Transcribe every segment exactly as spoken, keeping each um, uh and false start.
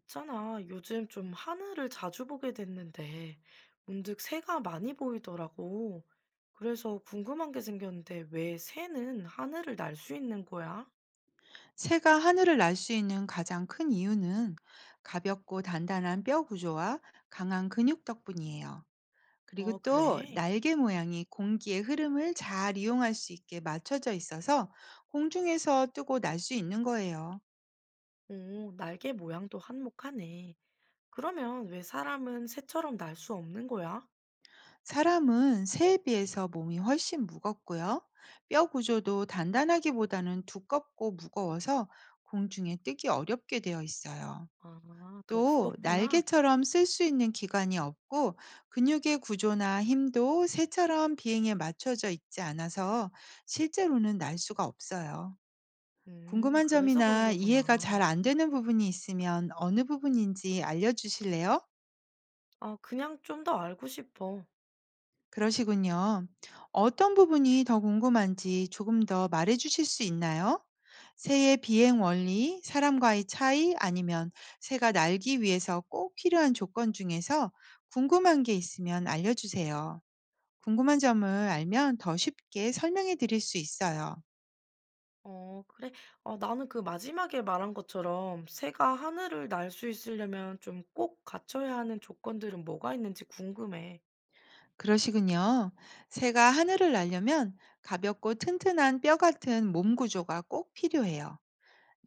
있잖아, 요즘 좀 하늘을 자주 보게 됐는데, 문득 새가 많이 보이더라고. 그래서 궁금한 게 생겼는데, 왜 새는 하늘을 날 수 있는 거야? 새가 하늘을 날 수 있는 가장 큰 이유는 가볍고 단단한 뼈 구조와 강한 근육 덕분이에요. 그리고 어, 또 그래? 날개 모양이 공기의 흐름을 잘 이용할 수 있게 맞춰져 있어서 공중에서 뜨고 날 수 있는 거예요. 오, 날개 모양도 한몫하네. 그러면 왜 사람은 새처럼 날 수 없는 거야? 사람은 새에 비해서 몸이 훨씬 무겁고요. 뼈 구조도 단단하기보다는 두껍고 무거워서 공중에 뜨기 어렵게 되어 있어요. 아, 더 또 무겁구나. 날개처럼 쓸 수 있는 기관이 없고, 근육의 구조나 힘도 새처럼 비행에 맞춰져 있지 않아서 실제로는 날 수가 없어요. 음, 궁금한 그래서 그런 점이나 이해가 거구나. 잘 안 되는 부분이 있으면 어느 부분인지 알려주실래요? 아, 그냥 좀 더 알고 싶어. 그러시군요. 어떤 부분이 더 궁금한지 조금 더 말해 주실 수 있나요? 새의 비행 원리, 사람과의 차이, 아니면 새가 날기 위해서 꼭 필요한 조건 중에서 궁금한 게 있으면 알려주세요. 궁금한 점을 알면 더 쉽게 설명해 드릴 수 있어요. 어, 그래? 어, 나는 그 마지막에 말한 것처럼 새가 하늘을 날 수 있으려면 좀 꼭 갖춰야 하는 조건들은 뭐가 있는지 궁금해. 그러시군요. 새가 하늘을 날려면 가볍고 튼튼한 뼈 같은 몸 구조가 꼭 필요해요.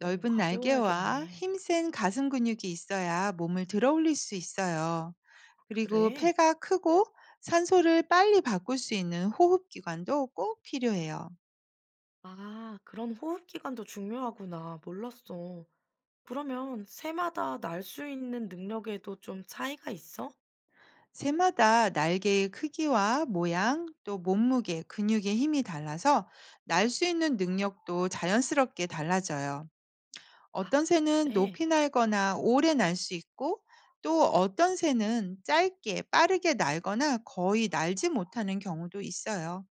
어, 날개와 가벼워야겠네. 힘센 가슴 근육이 있어야 몸을 들어 올릴 수 있어요. 그리고 그래? 폐가 크고 산소를 빨리 바꿀 수 있는 호흡기관도 꼭 필요해요. 아, 그런 호흡 기간도 중요하구나. 몰랐어. 그러면 새마다 날 수 있는 능력에도 좀 차이가 있어? 새마다 날개의 크기와 모양, 또 몸무게, 근육의 힘이 달라서 날 수 있는 능력도 자연스럽게 달라져요. 아, 어떤 새는 그래? 높이 날거나 오래 날 수 있고, 또 어떤 새는 짧게 빠르게 날거나 거의 날지 못하는 경우도 있어요.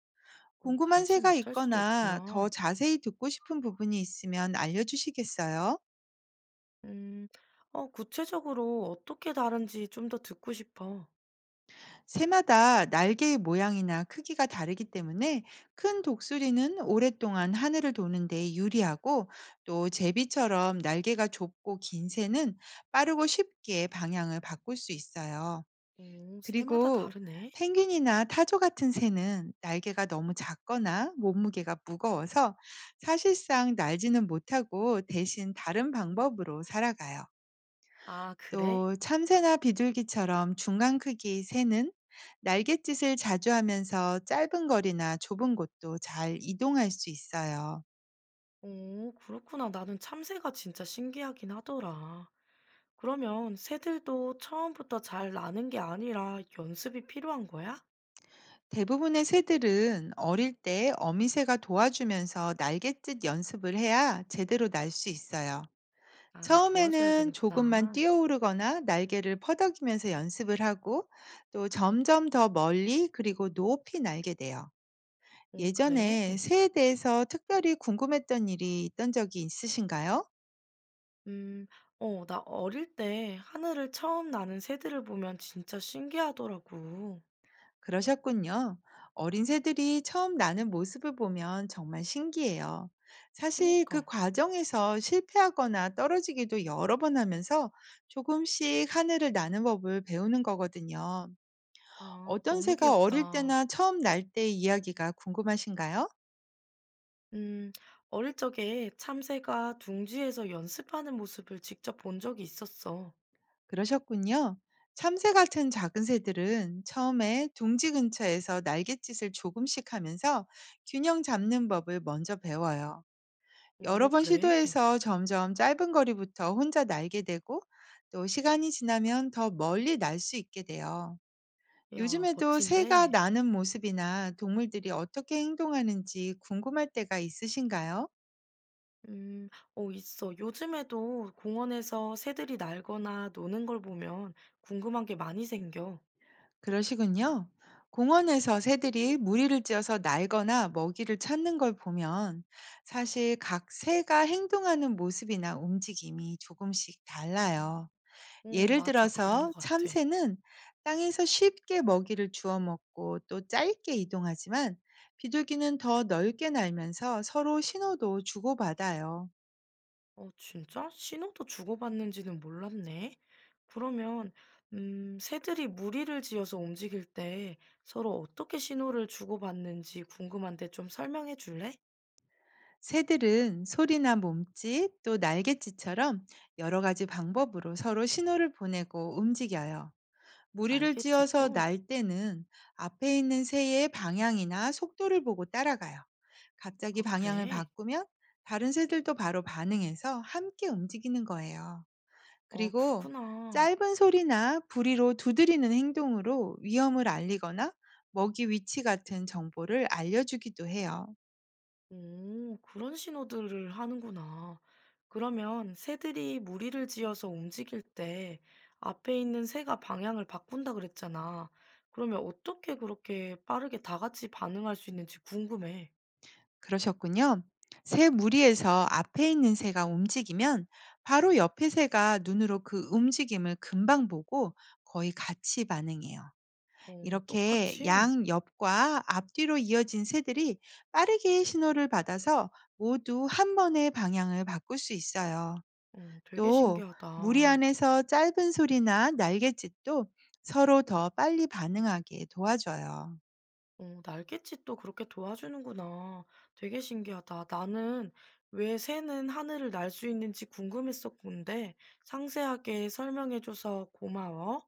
어, 궁금한 날지 새가 못할 수도 있거나 더 있구나. 자세히 듣고 싶은 부분이 있으면 알려주시겠어요? 음. 어, 구체적으로 어떻게 다른지 좀 더 듣고 싶어. 새마다 날개의 모양이나 크기가 다르기 때문에, 큰 독수리는 오랫동안 하늘을 도는 데 유리하고, 또 제비처럼 날개가 좁고 긴 새는 빠르고 쉽게 방향을 바꿀 수 있어요. 어, 새마다 그리고 다르네. 펭귄이나 타조 같은 새는 날개가 너무 작거나 몸무게가 무거워서 사실상 날지는 못하고 대신 다른 방법으로 살아가요. 아, 그래? 또 참새나 비둘기처럼 중간 크기 새는 날갯짓을 자주 하면서 짧은 거리나 좁은 곳도 잘 이동할 수 있어요. 오, 그렇구나. 나는 참새가 진짜 신기하긴 하더라. 그러면 새들도 처음부터 잘 나는 게 아니라 연습이 필요한 거야? 대부분의 새들은 어릴 때 어미새가 도와주면서 날갯짓 연습을 해야 제대로 날 수 있어요. 아, 도와줘야 처음에는 조금만 되는구나. 뛰어오르거나 날개를 퍼덕이면서 연습을 하고, 또 점점 더 멀리 그리고 높이 날게 돼요. 오, 그래? 예전에 새에 대해서 특별히 궁금했던 일이 있던 적이 있으신가요? 음, 어, 나 어릴 때 하늘을 처음 나는 새들을 보면 진짜 신기하더라고. 그러셨군요. 어린 새들이 처음 나는 모습을 보면 정말 신기해요. 사실 그 그니까. 과정에서 실패하거나 떨어지기도 여러 번 하면서 조금씩 하늘을 나는 법을 배우는 거거든요. 아, 어떤 너무 새가 어릴 귀엽다. 때나 처음 날 때의 이야기가 궁금하신가요? 음, 어릴 적에 참새가 둥지에서 연습하는 모습을 직접 본 적이 있었어. 그러셨군요. 참새 같은 작은 새들은 처음에 둥지 근처에서 날갯짓을 조금씩 하면서 균형 잡는 법을 먼저 배워요. 오, 여러 번 그래? 시도해서 점점 짧은 거리부터 혼자 날게 되고, 또 시간이 지나면 더 멀리 날 수 있게 돼요. 야 요즘에도 새가 멋진데. 나는 모습이나 동물들이 어떻게 행동하는지 궁금할 때가 있으신가요? 음, 어, 있어. 요즘에도 공원에서 새들이 날거나 노는 걸 보면 궁금한 게 많이 생겨. 그러시군요. 공원에서 새들이 무리를 지어서 날거나 먹이를 찾는 걸 보면, 사실 각 새가 행동하는 모습이나 움직임이 조금씩 달라요. 어, 예를 맞아. 그런 것 들어서 같아. 참새는 땅에서 쉽게 먹이를 주워 먹고 또 짧게 이동하지만, 비둘기는 더 넓게 날면서 서로 신호도 주고받아요. 어, 진짜? 신호도 주고받는지는 몰랐네. 그러면, 음, 새들이 무리를 지어서 움직일 때 서로 어떻게 신호를 주고받는지 궁금한데 좀 설명해 줄래? 새들은 소리나 몸짓, 또 날갯짓처럼 여러 가지 방법으로 서로 신호를 보내고 움직여요. 무리를 알겠지, 지어서 또? 날 때는 앞에 있는 새의 방향이나 속도를 보고 따라가요. 갑자기 아, 방향을 그래? 바꾸면 다른 새들도 바로 반응해서 함께 움직이는 거예요. 어, 그리고 그렇구나. 짧은 소리나 부리로 두드리는 행동으로 위험을 알리거나 먹이 위치 같은 정보를 알려주기도 해요. 오, 그런 신호들을 하는구나. 그러면 새들이 무리를 지어서 움직일 때 앞에 있는 새가 방향을 바꾼다 그랬잖아. 그러면 어떻게 그렇게 빠르게 다 같이 반응할 수 있는지 궁금해. 그러셨군요. 새 무리에서 앞에 있는 새가 움직이면 바로 옆의 새가 눈으로 그 움직임을 금방 보고 거의 같이 반응해요. 어, 이렇게 똑같이? 양 옆과 앞뒤로 이어진 새들이 빠르게 신호를 받아서 모두 한 번에 방향을 바꿀 수 있어요. 어, 되게 또 무리 신기하다. 안에서 짧은 소리나 날갯짓도 서로 더 빨리 반응하게 도와줘요. 어, 날갯짓도 그렇게 도와주는구나. 되게 신기하다. 나는 왜 새는 하늘을 날 수 있는지 궁금했었는데 상세하게 설명해줘서 고마워.